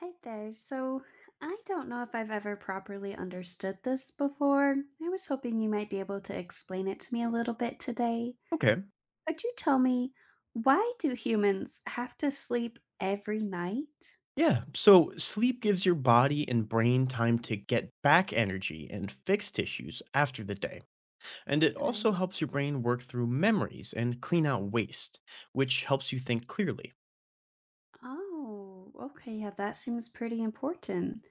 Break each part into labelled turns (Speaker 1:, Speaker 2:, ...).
Speaker 1: Hi there. So, I don't know if I've ever properly understood this before. I was hoping you might be able to explain it to me a little bit today.
Speaker 2: Okay.
Speaker 1: Could you tell me, why do humans have to sleep every night?
Speaker 2: Yeah. So sleep gives your body and brain time to get back energy and fix tissues after the day. And it
Speaker 1: Okay.
Speaker 2: also helps your brain work through memories and clean out waste, which helps you think clearly.
Speaker 1: Oh, okay. Yeah, that seems pretty important.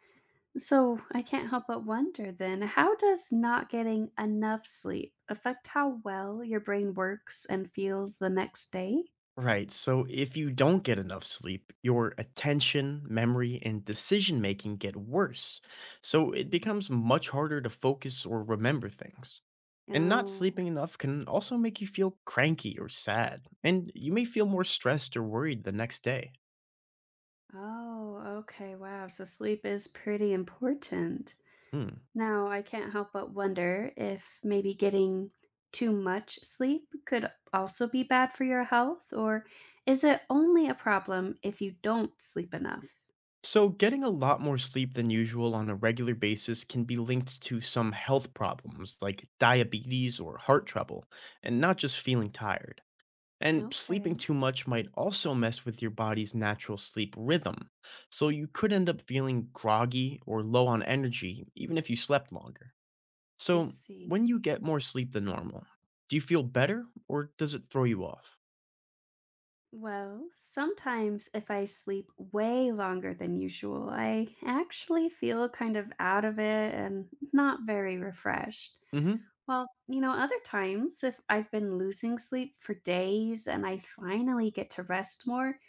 Speaker 1: So, I can't help but wonder then, how does not getting enough sleep affect how well your brain works and feels the next day?
Speaker 2: Right. So if you don't get enough sleep, your attention, memory, and decision making get worse. So it
Speaker 1: Mhm.
Speaker 2: becomes much harder to focus or remember things. And not
Speaker 1: Oh.
Speaker 2: sleeping enough can also make you feel cranky or sad, and you may feel more stressed or worried the next day.
Speaker 1: Oh, okay. Wow. So sleep is pretty important.
Speaker 2: Hmm.
Speaker 1: Now, I can't help but wonder if maybe getting too much sleep could also be bad for your health, or is it only a problem if you don't sleep enough?
Speaker 2: So, getting a lot more sleep than usual on a regular basis can be linked to some health problems like diabetes or heart trouble, and not just feeling tired. And
Speaker 1: Okay,
Speaker 2: sleeping too much might also mess with your body's natural sleep rhythm. So you could end up feeling groggy or low on energy, even if you slept longer.
Speaker 1: I
Speaker 2: So,
Speaker 1: see.
Speaker 2: when you get more sleep than normal, do you feel better or does it throw you off?
Speaker 1: Well, sometimes if I sleep way longer than usual, I actually feel kind of out of it and not very refreshed.
Speaker 2: Hmm.
Speaker 1: Well, you know, other times, if I've been losing sleep for days and I finally get to rest more,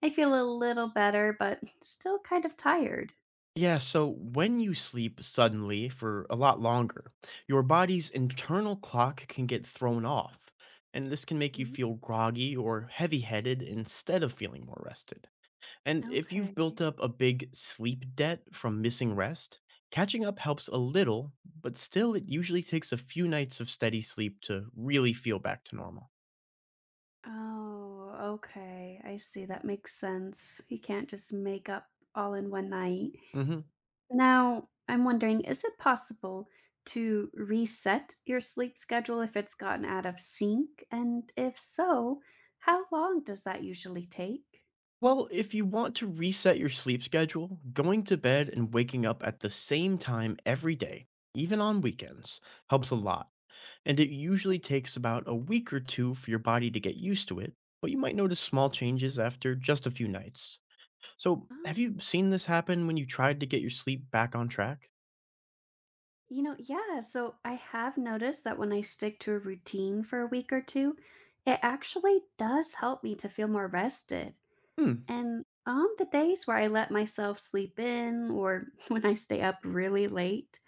Speaker 1: I feel a little better, but still kind of tired.
Speaker 2: Yeah, so when you sleep suddenly for a lot longer, your body's internal clock can get thrown off. And this can make you
Speaker 1: Mhm.
Speaker 2: feel groggy or heavy headed instead of feeling more rested. And if you've
Speaker 1: Okay.
Speaker 2: built up a big sleep debt from missing rest, catching up helps a little, but still, it usually takes a few nights of steady sleep to really feel back to normal.
Speaker 1: Oh, okay. I see. That makes sense. You can't just make up all in one night.
Speaker 2: Hmm.
Speaker 1: Now, I'm wondering, is it possible to reset your sleep schedule if it's gotten out of sync? And if so, how long does that usually take?
Speaker 2: Well, if you want to reset your sleep schedule, going to bed and waking up at the same time every day, even on weekends, helps a lot. And it usually takes about a week or two for your body to get used to it, but you might notice small changes after just a few nights. So,
Speaker 1: Oh.
Speaker 2: have you seen this happen when you tried to get your sleep back on track?
Speaker 1: You know, yeah. So I have noticed that when I stick to a routine for a week or two, it actually does help me to feel more rested.
Speaker 2: Hmm.
Speaker 1: And on the days where I let myself sleep in or when I stay up really late,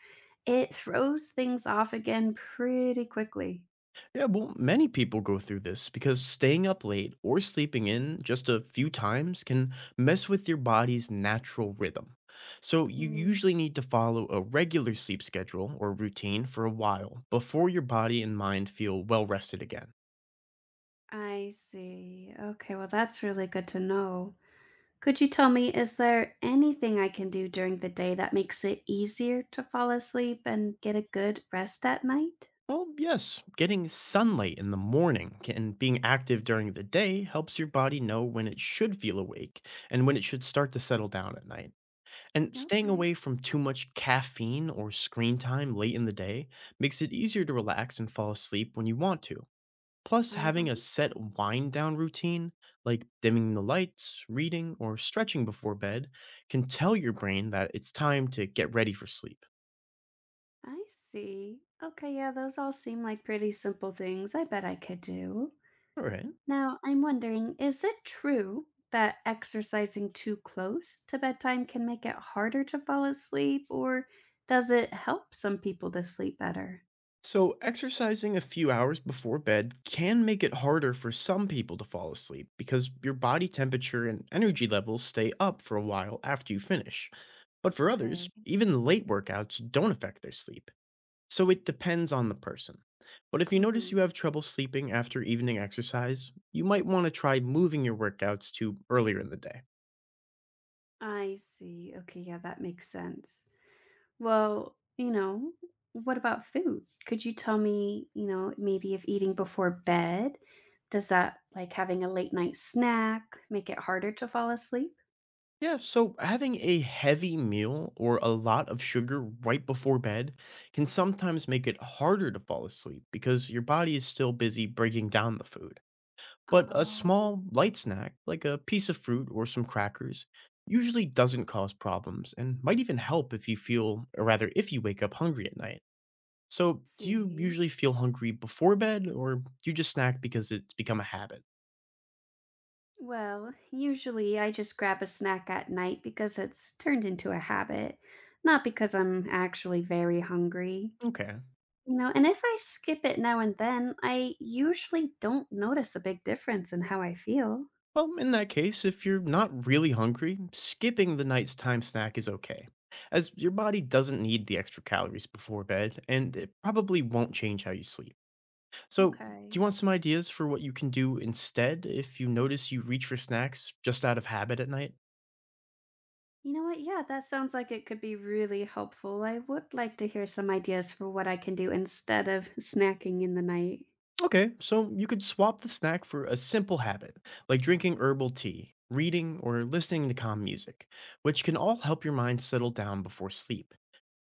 Speaker 1: it throws things off again pretty quickly.
Speaker 2: Yeah, well, many people go through this because staying up late or sleeping in just a few times can mess with your body's natural rhythm. So, you
Speaker 1: Hmm.
Speaker 2: usually need to follow a regular sleep schedule or routine for a while before your body and mind feel well rested again.
Speaker 1: I see. Okay, well, that's really good to know. Could you tell me, is there anything I can do during the day that makes it easier to fall asleep and get a good rest at night?
Speaker 2: Well, yes, getting sunlight in the morning and being active during the day helps your body know when it should feel awake and when it should start to settle down at night. And staying
Speaker 1: Okay.
Speaker 2: away from too much caffeine or screen time late in the day makes it easier to relax and fall asleep when you want to. Plus, having a
Speaker 1: Uh-huh.
Speaker 2: set wind down routine, like dimming the lights, reading, or stretching before bed, can tell your brain that it's time to get ready for sleep.
Speaker 1: I see. Okay, yeah, those all seem like pretty simple things I bet I could do.
Speaker 2: All right.
Speaker 1: Now, I'm wondering, is it true that exercising too close to bedtime can make it harder to fall asleep, or does it help some people to sleep better?
Speaker 2: So, exercising a few hours before bed can make it harder for some people to fall asleep because your body temperature and energy levels stay up for a while after you finish. But for others,
Speaker 1: Okay.
Speaker 2: even late workouts don't affect their sleep. So, it depends on the person. But if you notice you
Speaker 1: Mm-hmm.
Speaker 2: have trouble sleeping after evening exercise, you might want to try moving your workouts to earlier in the day.
Speaker 1: I see. Okay, yeah, that makes sense. Well, you know, what about food? Could you tell me, maybe if eating before bed, does that, like, having a late night snack, make it harder to fall asleep?
Speaker 2: Yeah, so having a heavy meal or a lot of sugar right before bed can sometimes make it harder to fall asleep because your body is still busy breaking down the food. But a
Speaker 1: Oh,
Speaker 2: small, light snack, like a piece of fruit or some crackers, usually doesn't cause problems and might even help if you feel, or rather, if you wake up hungry at night. So, do you
Speaker 1: see.
Speaker 2: usually feel hungry before bed or do you just snack because it's become a habit?
Speaker 1: Well, usually I just grab a snack at night because it's turned into a habit, not because I'm actually very hungry.
Speaker 2: Okay.
Speaker 1: You know, and if I skip it now and then, I usually don't notice a big difference in how I feel.
Speaker 2: Well, in that case, if you're not really hungry, skipping the night's time snack is okay, as your body doesn't need the extra calories before bed, and it probably won't change how you sleep. So, do
Speaker 1: Okay.
Speaker 2: you want some ideas for what you can do instead if you notice you reach for snacks just out of habit at night?
Speaker 1: You know what? Yeah, that sounds like it could be really helpful. I would like to hear some ideas for what I can do instead of snacking in the night.
Speaker 2: Okay, so you could swap the snack for a simple habit, like drinking herbal tea, reading, or listening to calm music, which can all help your mind settle down before sleep.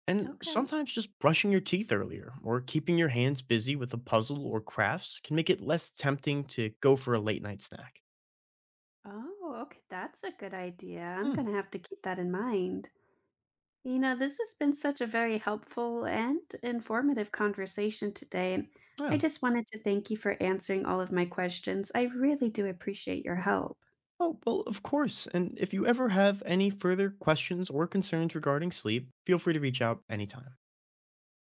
Speaker 2: And
Speaker 1: Okay.
Speaker 2: sometimes just brushing your teeth earlier or keeping your hands busy with a puzzle or crafts can make it less tempting to go for a late night snack.
Speaker 1: Oh, okay. That's a good idea. I'm
Speaker 2: Hmm,
Speaker 1: going to have to keep that in mind. You know, this has been such a very helpful and informative conversation today. And I
Speaker 2: yeah.
Speaker 1: just wanted to thank you for answering all of my questions. I really do appreciate your help.
Speaker 2: Oh, well, of course. And if you ever have any further questions or concerns regarding sleep, feel free to reach out anytime.